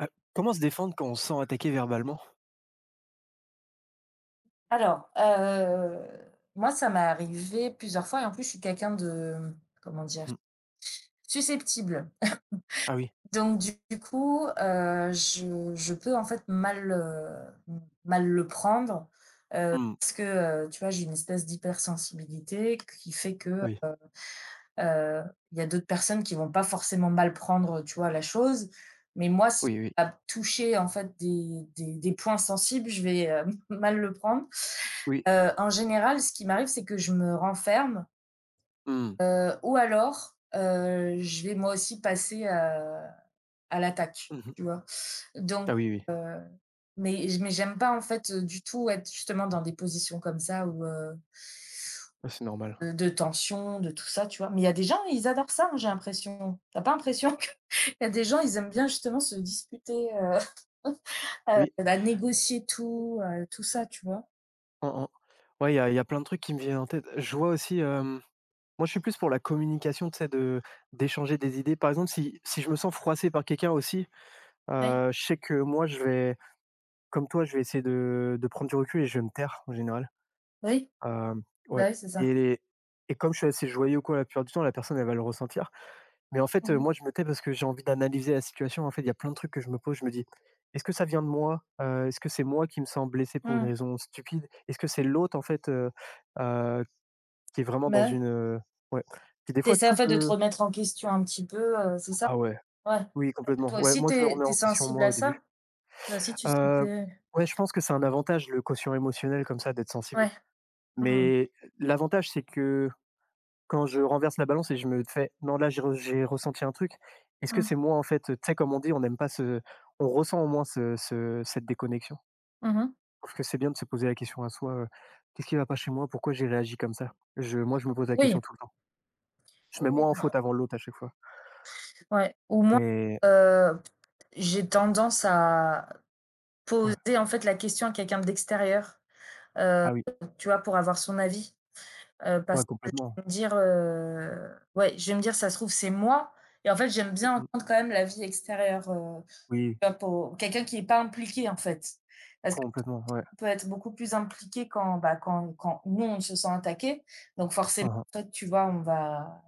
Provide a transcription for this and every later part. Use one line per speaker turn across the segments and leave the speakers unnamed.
Heu, Comment se défendre quand on se sent attaqué verbalement?
Alors, moi, ça m'est arrivé plusieurs fois et en plus, je suis quelqu'un de, comment dire?
Mmh.
Susceptible.
Ah oui.
Donc du coup, je peux, en fait, mal, mal le prendre
Mmh.
parce que, tu vois, j'ai une espèce d'hypersensibilité qui fait que,
Ah oui.
heu il y a d'autres personnes qui vont pas forcément mal prendre, tu vois, la chose. Mais moi, si
Oui, oui.
ça va toucher, en fait, des points sensibles, je vais, mal le prendre.
Oui.
En général, ce qui m'arrive, c'est que je me renferme,
Mmh.
ou alors, je vais moi aussi passer, à l'attaque,
Mmh.
tu vois?
Ah
Donc
oui, oui.
mais j'aime pas en fait, du tout être justement dans des positions comme ça où,
Ah, c'est normal.
de tension, de tout ça, tu vois? Mais il y a des gens, ils adorent ça, hein, j'ai l'impression. T'as pas l'impression que il y a des gens, ils aiment bien justement se disputer,
Oui.
bah, négocier tout, tout ça, tu vois?
Mmh mh. Ouais, il y a plein de trucs qui me viennent en tête. Je vois aussi, moi je suis plus pour la communication, tu sais, de d'échanger des idées. Par exemple, si je me sens froissé par quelqu'un aussi,
Oui,
je sais que moi je vais comme toi, je vais essayer de prendre du recul et je vais me taire en général.
Oui,
Hem,
bah,
ouais,
oui, c'est ça.
et les- et comme je suis assez joyeux ou quoi la plupart du temps, la personne elle va le ressentir. Mais en
Mmh
fait,
mh.
moi, je me tais parce que j'ai envie d'analyser la situation. En fait, il y a plein de trucs que je me pose. Je me dis: «Est-ce que ça vient de moi? Est-ce que c'est moi qui me sens blessé pour une
Mmh.
raison stupide? Est-ce que c'est l'autre, en fait, heu, qui est vraiment dans
Bah, oui.
une» ouais. Et des
Tu
fois,
essaies en
tout
fait de te
peut.
remettre en question un petit peu, c'est ça?
Ah ouais,
Ouais.
oui,
Parce que
complètement.
toi
Ouais,
aussi
moi,
tu
je me
es
remets
tu es
en question,
sensible
moi,
à
au début.
ça? Toi aussi tu sens
Heu,
que.
ouais, je pense que c'est un avantage, le quotient émotionnel, comme ça, d'être sensible.
Ouais. Mmh.
Mais l'avantage, c'est que quand je renverse la balance et je me fais: «Non, là, j'ai ressenti un truc». Est-ce que
Mmh.
c'est moi, en fait, tu sais, comme on dit, on n'aime pas ce on ressent au moins ce ce cette déconnexion.
Mmh mh.
Je trouve que c'est bien de se poser la question à soi: «Qu'est-ce qui va pas chez moi? Pourquoi j'ai réagi comme ça?» je moi, je me pose la
Oui.
question tout le temps. Je
Oui,
mets
oui,
moi en
non.
faute avant l'autre à chaque fois.
Ouais, au moins,
Mais
heu, j'ai tendance à
ouais.
poser en fait la question à quelqu'un d'extérieur,
Ah oui.
tu vois? Pour avoir son avis, parce
Ouais,
que je
complètement.
vais me dire, ouais, je vais me dire: «Ça se trouve, c'est moi», et en fait, j'aime
Mmh
bien
mh.
entendre quand même l'avis extérieur,
Oui,
tu vois? Pour quelqu'un qui est pas impliqué, en fait. Parce que
complètement, ouais.
peut être beaucoup plus impliqué quand, bah, quand nous, on se sent attaqué. Donc forcément,
Mmh.
en fait, tu vois, on va,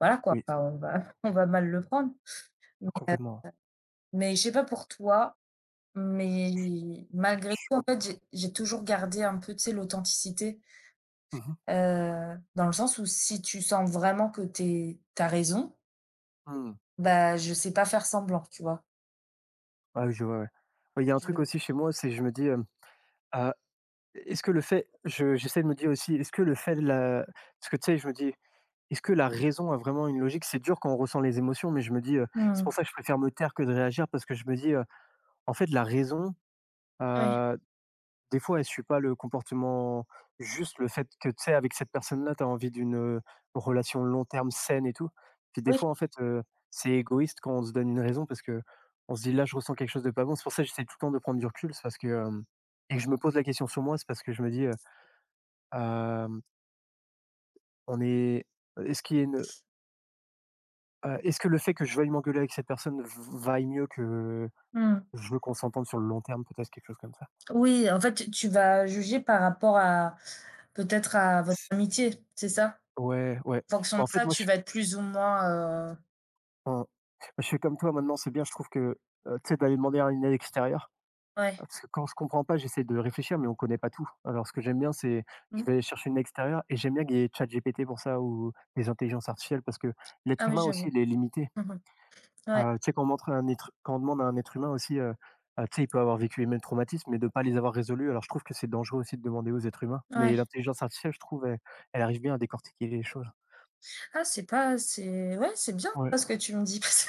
voilà quoi,
Oui,
enfin, on, va, on va mal le prendre. Mais,
complètement.
mais je sais pas pour toi, mais malgré
Je suis
tout, en
com
fait, j'ai toujours gardé un peu, tu sais, l'authenticité,
Mmh mh.
dans le sens où si tu sens vraiment que t'as raison,
Mmh.
bah, je sais pas faire semblant, tu vois.
Ah oui, je vois, ouais. Ouais, il y a un truc
Je-
aussi chez moi, c'est je me dis, «Ah». Est-ce que le fait, je j'essaie de me dire aussi, est-ce que le fait de la, parce que tu sais, je me dis: «Est-ce que la raison a vraiment une logique?» C'est dur quand on ressent les émotions, mais je me dis, c'est pour
Hmm.
ça que je préfère me taire que de réagir parce que je me dis: «En fait, la raison,
Oui.
heu, des fois, elle suit pas le comportement juste, le fait que, tu sais, avec cette personne-là, tu as envie d'une, relation long terme saine et tout». Puis des
Oui.
fois, en fait, c'est égoïste quand on se donne une raison parce que on se dit: «Là, je ressens quelque chose de pas bon». C'est pour ça que j'essaie tout le temps de prendre du recul, c'est parce que, hem et que je me pose la question sur moi, c'est parce que je me dis, Hem, on est est-ce qu'il y a une est-ce que le fait que je veuille m'engueuler avec cette personne v vaille mieux que
Hmm.
je veux qu'on s'entende sur le long terme, peut-être quelque chose comme ça?
Oui, en fait, tu vas juger par rapport à peut-être à votre amitié, c'est ça?
Ouais, ouais.
En fonction
Bah, en
de
fait,
ça,
moi,
tu vas être plus ou moins,
mmh, je suis comme toi maintenant, c'est bien, je trouve que, tu sais, d'aller demander à une aide extérieure,
ouais.
parce que quand je comprends pas, j'essaie de réfléchir, mais on connaît pas tout. Alors ce que j'aime bien, c'est je
Mmh.
vais chercher une aide extérieure et j'aime bien qu'il y ait ChatGPT pour ça ou les intelligences artificielles parce que l'être
Ah oui,
humain aussi,
j'avoue.
il est limité.
Mmh mh. Ouais,
Tu sais, quand on demande à un être humain aussi, tu sais, il peut avoir vécu les mêmes traumatismes, mais de ne pas les avoir résolus. Alors je trouve que c'est dangereux aussi de demander aux êtres humains, mais
ouais.
l'intelligence artificielle, je trouve, elle arrive bien à décortiquer les choses.
Ah c'est pas c'est ouais, c'est bien
Ouais.
ça ce que tu me dis parce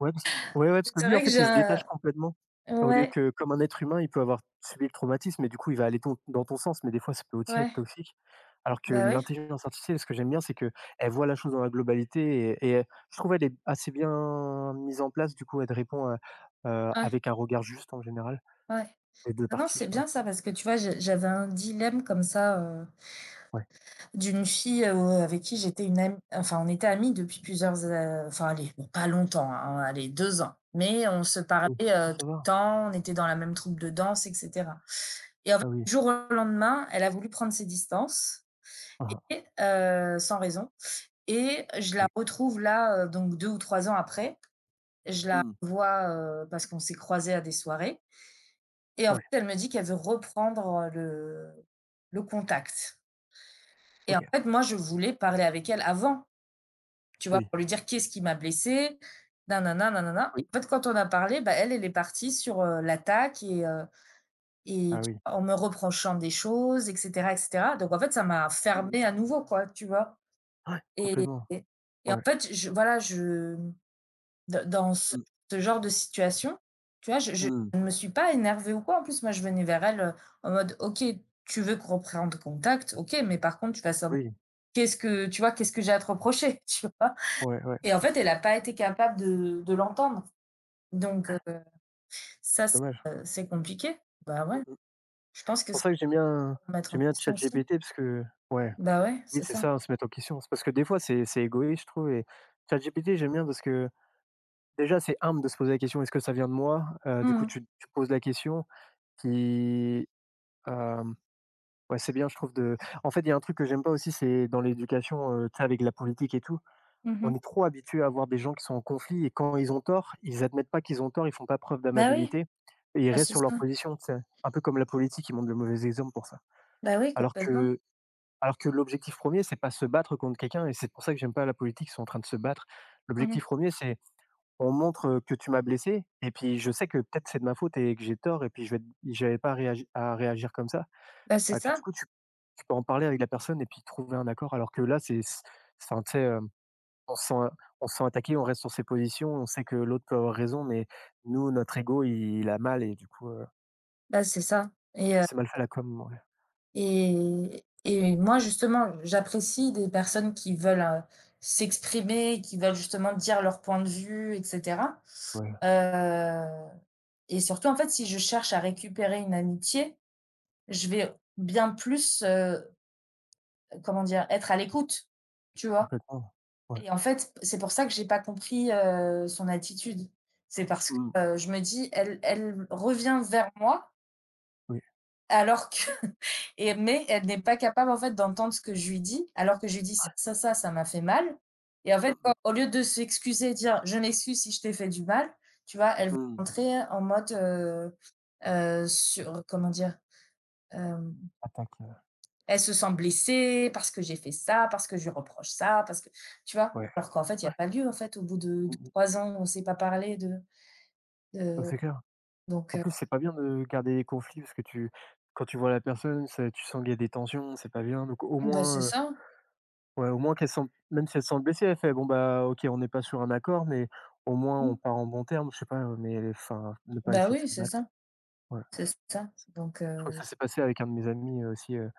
Ouais, parce ouais, ouais, parce
que
que
c'est
lui, en
vrai que
fait,
j'ai
il se détache
un,
complètement. Au lieu
ouais,
que comme un être humain, il peut avoir subi le traumatisme et du coup, il va aller ton dans ton sens, mais des fois, ça peut aussi
ouais,
être toxique. Alors que
bah oui,
l'intelligence artificielle, ce que j'aime bien, c'est que elle voit la chose dans la globalité et je trouve elle est assez bien mise en place. Du coup, elle te répond,
ouais,
avec un regard juste en général.
ouais.
Les 2
Non, non,
parties,
c'est
ouais,
bien ça parce que tu vois, je j'avais un dilemme comme ça,
ouais.
d'une fille, avec qui j'étais une amie, enfin, on était amies depuis plusieurs a enfin, allez, bon, pas longtemps, hein, allez, 2 ans. Mais on se parlait,
Oui. Ah, ça
tout le
va.
temps, on était dans la même troupe de danse, et cetera. Et en fait,
Ah oui.
du jour au lendemain, elle a voulu prendre ses distances,
Ah mh.
et, sans raison. Et je
Ah
la
oui.
retrouve là, donc 2 ou 3 ans après. Je la
Mmh.
vois, parce qu'on s'est croisés à des soirées. Et en fait,
Ouais,
elle me dit qu'elle veut reprendre le contact. Et en
OK.
fait, moi, je voulais parler avec elle avant, tu vois,
Oui.
pour lui dire qu'est-ce qui m'a blessée, nanana, nanana. Et
Oui.
en fait, quand on a parlé, bah, elle est partie sur, l'attaque et, et
Ah
tu
oui.
en me reprochant des choses, et cetera, et cetera. Donc en fait, ça m'a
Mmh mh.
fermée à nouveau quoi, tu vois?
Ouais,
Et
complètement.
et et en
Ouais.
fait, je, voilà, je, dans ce
Mmh.
ce genre de situation, tu vois, je
Mmh.
ne me suis pas énervée ou quoi. En plus, moi, je venais vers elle, en mode: «OK, tu veux qu'on reprenne contact, OK, mais par contre, tu vas savoir
Oui.
qu'est-ce que tu vois, qu'est-ce que j'ai à te reprocher?» Tu vois?
Ouais, ouais,
Et en fait, elle a pas été capable de l'entendre. Donc, ça,
c'est dommage.
c'est compliqué. Bah
Mmh
ouais,
mh.
je pense
C'est
que
pour
c'est
ça que j'aime bien
pour mettre en
j'aime bien
question aussi.
ChatGPT parce que ouais,
Bah, ouais,
oui,
c'est
c'est
ça.
ça, hein, se mettre en question. C'est parce que des fois, c'est égoïste, je trouve, et ChatGPT, j'aime bien parce que déjà, c'est humble de se poser la question: «Est-ce que ça vient de moi?» Du
Mmh
coup,
mh.
tu poses la question, puis, ouais, c'est bien, je trouve de en fait, il y a un truc que j'aime pas aussi, c'est dans l'éducation, tu sais, avec la politique et tout,
Mmh
on
mh.
est trop habitué à voir des gens qui sont en conflit et quand ils ont tort, ils admettent pas qu'ils ont tort, ils font pas preuve
Bah, oui,
d'amabilité et ils
bah,
restent
c'est
sur leur
ça.
position, tu sais? Un peu comme la politique, ils montrent le mauvais exemple pour ça.
Bah, oui,
Alors
complètement.
que alors que l'objectif premier, c'est pas se battre contre quelqu'un et c'est pour ça que j'aime pas la politique, ils sont en train de se battre.
Mmh mh.
L'objectif premier, c'est: «On montre, que tu m'as blessé et puis je sais que peut-être c'est de ma faute et que j'ai tort et puis je vais j'avais pas à réagi à réagir comme ça».
Bah, c'est
Ah, et puis du
ça.
coup, tu peux en parler avec la personne et puis trouver un accord, alors que là, c'est enfin, tu sais, on se sent on se sent attaqué, on reste sur ses positions, on sait que l'autre peut avoir raison, mais nous, notre ego, il a mal et du coup,
Bah, c'est ça. et heu
c'est mal fait la com, ouais.
et et moi, justement, j'apprécie des personnes qui veulent, s'exprimer, qui veulent justement dire leur point de vue, et cetera,
Ouais,
heu et surtout, en fait, si je cherche à récupérer une amitié, je vais bien plus, comment dire? Être à l'écoute, tu vois?
complètement. Ouais.
Et en fait, c'est pour ça que j'ai pas compris, son attitude. C'est parce que,
Mmh,
je me dis: «Elle revient vers moi
oui.
alors que» et mais elle n'est pas capable, en fait, d'entendre ce que je lui dis, alors que je lui dis: «Ça,
Ouais.
ça, ça, ça m'a fait mal», et en fait,
Mmh mh.
quand au lieu de s'excuser et dire: «Je m'excuse si je t'ai fait du mal», tu vois? Elle va
Mmh.
rentrer en mode, sur, comment dire?
Attaque,
Elle se sent blessée parce que j'ai fait ça, parce que je lui reproche ça, parce que, tu vois?
ouais.
Alors qu'en fait, il y a
Ouais.
pas lieu, en fait, au bout de
Mmh mh.
3 ans, on ne s'est pas parlé de
Bah,
de
c'est clair.
Donc,
En plus, c'est pas bien de garder les conflits parce que tu quand tu vois la personne, c'est tu sens qu'il y a des tensions, c'est pas bien, donc au
bah, c'est
moins,
ça.
ouais, au moins qu'elle sent, même si elle sent blessée, elle fait: «Bon, bah, OK, on n'est pas sur un accord, mais au moins
Mmh.
on part en bons termes», je sais pas, mais enfin, ne pas
Bah,
essayer de
oui,
se
c'est ça,
battre. Ouais.
c'est ça. Donc,
Je crois que ça s'est passé avec un de mes amis, aussi,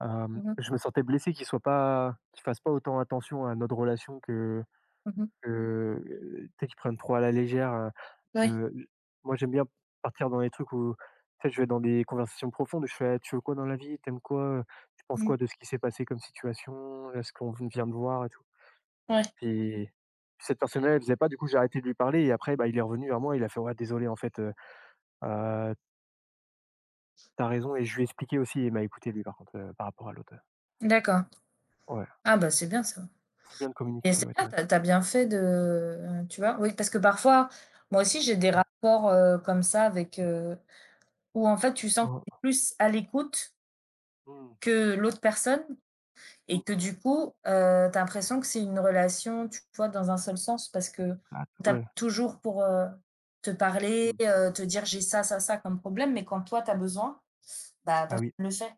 mmh mh,
je me sentais blessé qu'il fasse pas autant attention à notre relation que
mmh mh.
que, tu sais, qu'il prenne trop à la légère,
Ouais,
heu, moi, j'aime bien partir dans les trucs où, tu sais, je vais dans des conversations profondes où je fais: «Ah, «Tu veux quoi dans la vie? T'aimes quoi? Tu penses quoi
mmh,
de ce qui s'est passé comme situation? Là, ce qu'on vient de voir et tout?»
ouais,
Puis cette personne-là, elle faisait pas, du coup, j'ai arrêté de lui parler et après, bah, il est revenu vers moi, il a fait: «Ouais, désolé, en fait, heu, tu raison» et je lui ai expliqué aussi, il m'a écouté lui, par contre, par rapport à l'autre,
d'accord.
ouais.
Ah, bah, c'est bien ça.
C'est bien de
Et
communiquer,
c'est
ouais, t'as
bien,
raison.
T'as as bien fait de, tu vois? Oui, parce que parfois, moi aussi, j'ai des
Ouais.
rapports, comme ça avec, où en fait, tu sens
Mmh
que tu
mh.
plus à l'écoute
Mmh.
que l'autre personne. Et
Mmh
que
mh.
du coup, tu as l'impression que c'est une relation, tu vois, dans un seul sens parce que
Ah
on t'appelle
ouais.
toujours pour, te parler,
Mmh.
te dire: «J'ai ça, ça, ça comme problème», mais quand toi tu as besoin, bah,
Ah
personne
oui.
ne le fait.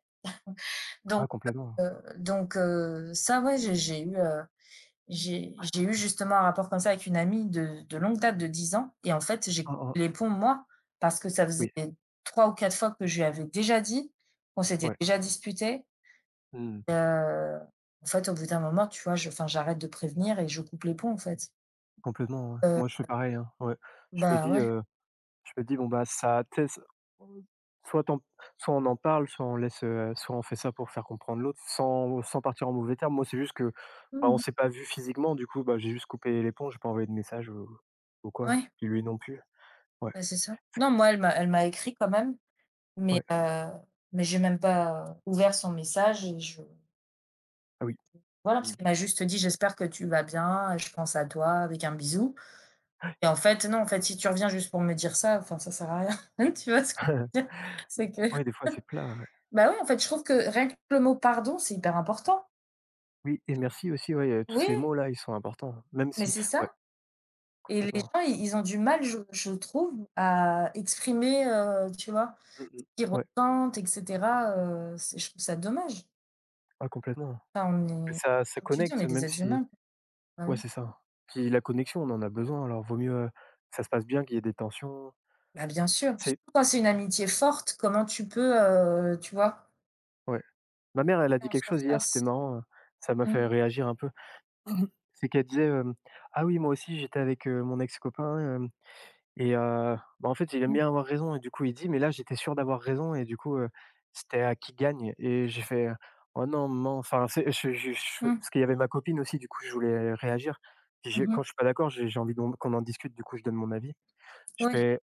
Donc
Ah, complètement.
heu donc, ça, ouais, j'ai eu, j'ai eu justement un rapport comme ça avec une amie de longue date, de 10 ans, et en fait, j'ai coupé
Mmh mh.
les ponts, moi, parce que ça faisait
Oui,
3 ou 4 fois que je lui avais déjà dit, qu'on s'était
ouais.
déjà disputé.
Mmh.
Et heu, En fait, au bout d'un moment, tu vois, je, enfin, j'arrête de prévenir et je coupe les ponts, en fait.
Complètement, ouais.
Heu,
Moi, je fais pareil, hein, ouais. Je me
Bah,
dis,
ouais.
euh, Je me dis: «Bon, bah, ça» tu sais, mmh, soit t'en soit on en parle, soit on laisse, soit on fait ça pour faire comprendre l'autre sans partir en mauvais termes. Moi, c'est juste que, bah, on
Mmh mh.
s'est pas vu physiquement, du coup, bah, j'ai juste coupé les ponts, j'ai pas envoyé de message ou quoi.
Ouais,
Puis lui non plus. Ouais,
bah, c'est ça. Non, moi, elle m'a écrit quand même, mais
ouais,
heu, mais j'ai même pas ouvert son message, et je,
ah oui.
voilà,
Mmh.
parce qu'elle m'a juste dit: «J'espère que tu vas bien, je pense à toi avec un bisou», et en fait, non, en fait, si tu reviens juste pour me dire ça, enfin, ça sert à rien. Tu vois ce que je veux dire? C'est que
Ouais, des fois, c'est plat, ouais.
bah, ouais, en fait, je trouve que rien que le mot «pardon», c'est hyper important.
Oui, et merci aussi, ouais, tous
Oui,
ces mots-là, ils sont importants, même
mais
si
c'est ça.
ouais,
Et les
complètement.
gens, i ils ont du mal, je trouve, à exprimer, tu vois,
Mmh mh.
ce qu'ils
Ouais,
ressentent, et cetera, c'est, je trouve ça dommage.
ah complètement.
Enfin,
Que
on est
ça
comme tu dis, on
connecte,
est des
même
êtres
si
humains, quoi. Bah
ouais,
oui.
c'est ça. Puis la connexion, on en a besoin, alors vaut mieux, que ça se passe bien, qu'il y ait des tensions.
Bah, bien sûr,
C'est
surtout quand c'est une amitié forte, comment tu peux, tu vois,
ouais. Ma mère, elle a dit
en
quelque chose hier, c'était
surface?
marrant, ça m'a fait
Mmh,
réagir un peu. C'est qu'elle disait, hem: Ah oui, moi aussi j'étais avec, mon ex-copain, et en fait, il aime
mmh,
bien avoir raison et du coup, il dit: "Mais là, j'étais sûr d'avoir raison et du coup, c'était à qui gagne ?" et j'ai fait : « Oh non, maman ! » enfin, c'est je
mmh,
parce qu'il y avait ma copine aussi, du coup, je voulais réagir. Puis j'ai
mmh mh.
quand je suis pas d'accord, j'ai envie d'on qu'on en discute, du coup, je donne mon avis. Je
Oui,
fais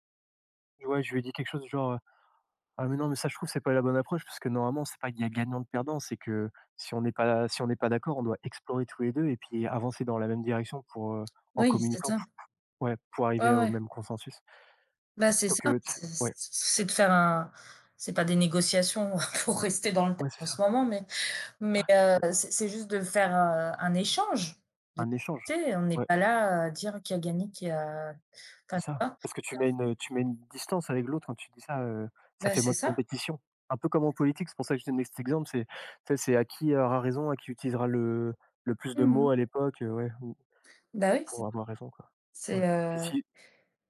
ouais, je lui ai dit quelque chose du genre, ah mais non, mais ça je trouve c'est pas la bonne approche parce que normalement c'est pas qu'il y a gagnant-perdant, c'est que si on n'est pas d'accord, on doit explorer tous les 2 et puis avancer dans la même direction pour, en
oui, c'est
communiquant
ça.
pour ouais, pour arriver
Ouais,
au
ouais.
même consensus.
Bah, c'est
Plutôt
ça,
que tu sais
c'est
ouais,
c'est de faire un. C'est pas des négociations pour rester dans le thème
ouais c'est
en
ça,
ce moment, mais. Mais,
ouais,
c'est juste de faire, un échange, de,
un échange.
tu sais, on n'est
Ouais,
pas là à dire qui a gagné, qui a,
c'est
enfin,
ça. Parce que
tu vois?
tu mets une distance avec l'autre quand tu dis ça, ça
Bah,
fait moins
c'est
de
ça.
compétition. Un peu comme en politique, c'est pour ça que je donne cet exemple, c'est tu sais, c'est à qui aura raison, à qui utilisera le plus de mots
Mmh.
à l'époque, ouais, mmh,
Bah, oui, c'est
pour avoir raison quoi. Ouais.
c'est,
Puis
heu
si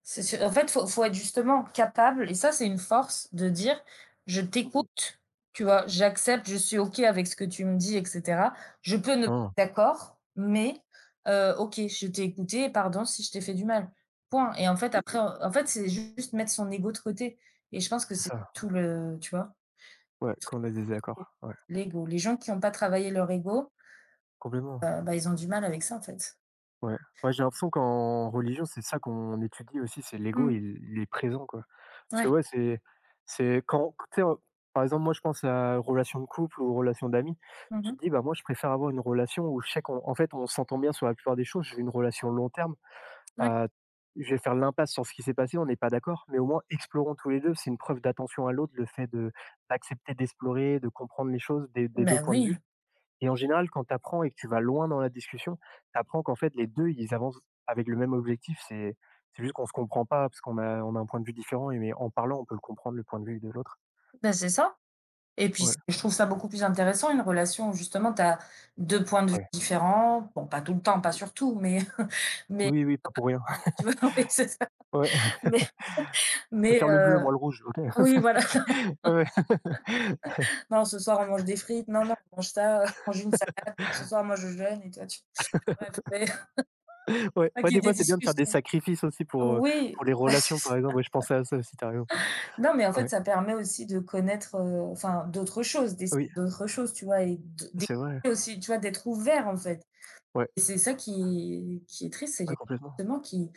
C'est sûr. En fait, faut être justement capable, et ça, c'est une force de dire, je
mmh
t'écoute, tu vois, j'accepte, je suis OK avec ce que tu me dis, etc. Je peux ne
non,
pas être d'accord, mais, OK, je t'ai écouté, et pardon si je t'ai fait du mal. Point. Et en fait, après, en fait, c'est juste mettre son ego de côté. Et je pense que
c'est
c'est
ça.
tout le, tu vois,
Ouais, qu'on a des
l'ego.
désaccords. Ouais,
L'ego. Les gens qui n'ont pas travaillé leur ego,
complètement.
bah, ils ont du mal avec ça, en fait.
Ouais. Ouais, j'ai l'impression qu'en religion, c'est ça qu'on étudie aussi, c'est l'ego,
Mmh.
il est présent, quoi. Parce que
Ouais.
ouais, c'est quand tu sais, par exemple, moi, je pense à relation de couple ou relation d'amis. Tu
Mmh.
te dis : « Bah, moi, je préfère avoir une relation où je sais qu'on en fait, on s'entend bien sur la plupart des choses. J'ai une relation long terme.
Ouais.
Heu, je vais faire l'impasse sur ce qui s'est passé, on n'est pas d'accord, mais au moins explorons tous les deux. C'est une preuve d'attention à l'autre, le fait de d'accepter d'explorer, de comprendre les choses des 2
Bah,
points de vue.
oui,
Et en général, quand tu apprends et que tu vas loin dans la discussion, tu apprends qu'en fait, les 2 ils avancent avec le même objectif. C'est juste qu'on se comprend pas parce qu'on a on a un point de vue différent et mais en parlant, on peut le comprendre, le point de vue de l'autre.
ben, c'est ça. Et puis,
Ouais,
c je trouve ça beaucoup plus intéressant, une relation où justement tu as 2 points de vue
ouais.
différents. Bon, pas tout le temps, pas sur tout, mais mais
Oui, oui, pas pour rien.
tu vois? Oui, c'est ça.
Ouais,
Mais
je
mais
préfère le bleu,
heu,
moi, le rouge. OK.
oui, voilà.
Ouais, ouais.
Non, ce soir, on mange des frites. Non, non, on mange ça, on mange une salade. Non, ce soir, moi, je jeûne et toi, tu bref, mais
Ouais,
pas
ouais,
qu'il y ait
des fois,
des
c'est bien de faire des
discussions.
sacrifices aussi pour
Oui.
les relations, par exemple. Ouais, je pensais à ça aussi, tu raison.
Non, mais en fait,
Ouais,
ça permet aussi de connaître, enfin, d'autres choses, d'essayer
oui,
d'autres choses, tu vois? Et de
c'est vrai.
découvrir aussi, tu vois? D'être ouvert, en fait.
Ouais,
Et c'est ça qui est triste, c'est les
ouais,
gens
complètement.
justement qui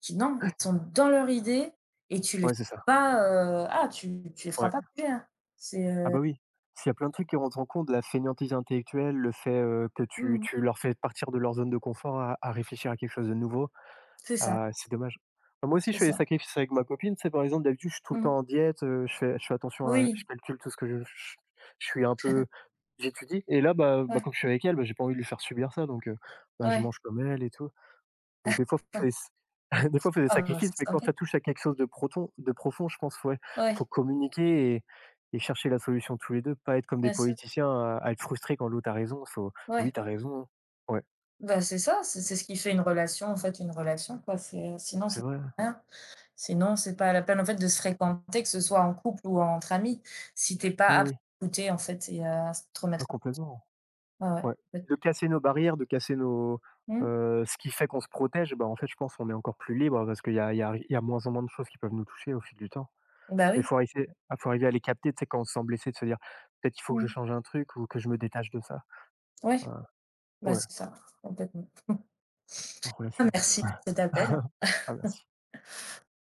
qui non, ils sont dans leur idée et tu les
Ouais, c'est ça.
pas, ah, tu les feras
Ouais.
pas bouger, hein. C'est,
Ah bah oui, s'il y a plein de trucs qui rentrent en compte, la fainéantise intellectuelle, le fait, que
mmh
tu leur fais partir de leur zone de confort à réfléchir à quelque chose de nouveau,
c'est ça,
ah, c'est dommage. Bah, moi aussi, je
c'est
fais des
ça.
sacrifices avec ma copine. C'est par exemple, d'habitude, je suis tout le
Mmh.
temps en diète, je fais attention à je
Oui,
calcule tout ce que je ch je suis un peu j'étudie et là, bah,
ouais,
comme je suis avec elle, bah, j'ai pas envie de lui faire subir ça donc bah, je
ouais.
mange comme elle et tout. Donc des fois, faut
Ah,
s des fois, faut des
ah, bah,
sacrifices,
c'est
mais quand
sympa.
ça touche à quelque chose de profond, je pense, ouais, faut
Ouais,
communiquer et chercher la solution tous les 2, pas être comme des
bien sûr,
politiciens à être frustrés quand l'autre a raison. Faut : « Oui,
ouais.
t'as raison ». Ouais,
Bah, c'est ça, c'est ce qui fait une relation, en fait, une relation, quoi. C'est, sinon,
c'est
c'est
vrai.
rien. Sinon, c'est
Mmh
pas
mh.
la peine, en fait, de se fréquenter, que ce soit en couple ou entre amis, si t'es pas
Oui,
apte
oui.
à écouter, en fait, et à te
Ah
remettre
complètement,
en, ouais, ouais,
ouais.
en fait.
De casser nos barrières, de casser nos,
Mmh.
ce qui fait qu'on se protège, bah, en fait, je pense, qu'on est encore plus libre parce qu'il y a il y a il y a moins en moins de choses qui peuvent nous toucher au fil du temps.
Bah,
Mais
oui.
faut arriver à les capter, tu sais, quand on se sent blessé, de se dire : « Peut-être il faut que je
Mmh.
change un truc ou que je me détache de ça ».
Ouais,
Ouais.
bah,
Ouais,
c'est ça, complètement.
en relation.
Merci pour cet appel.
Ah merci.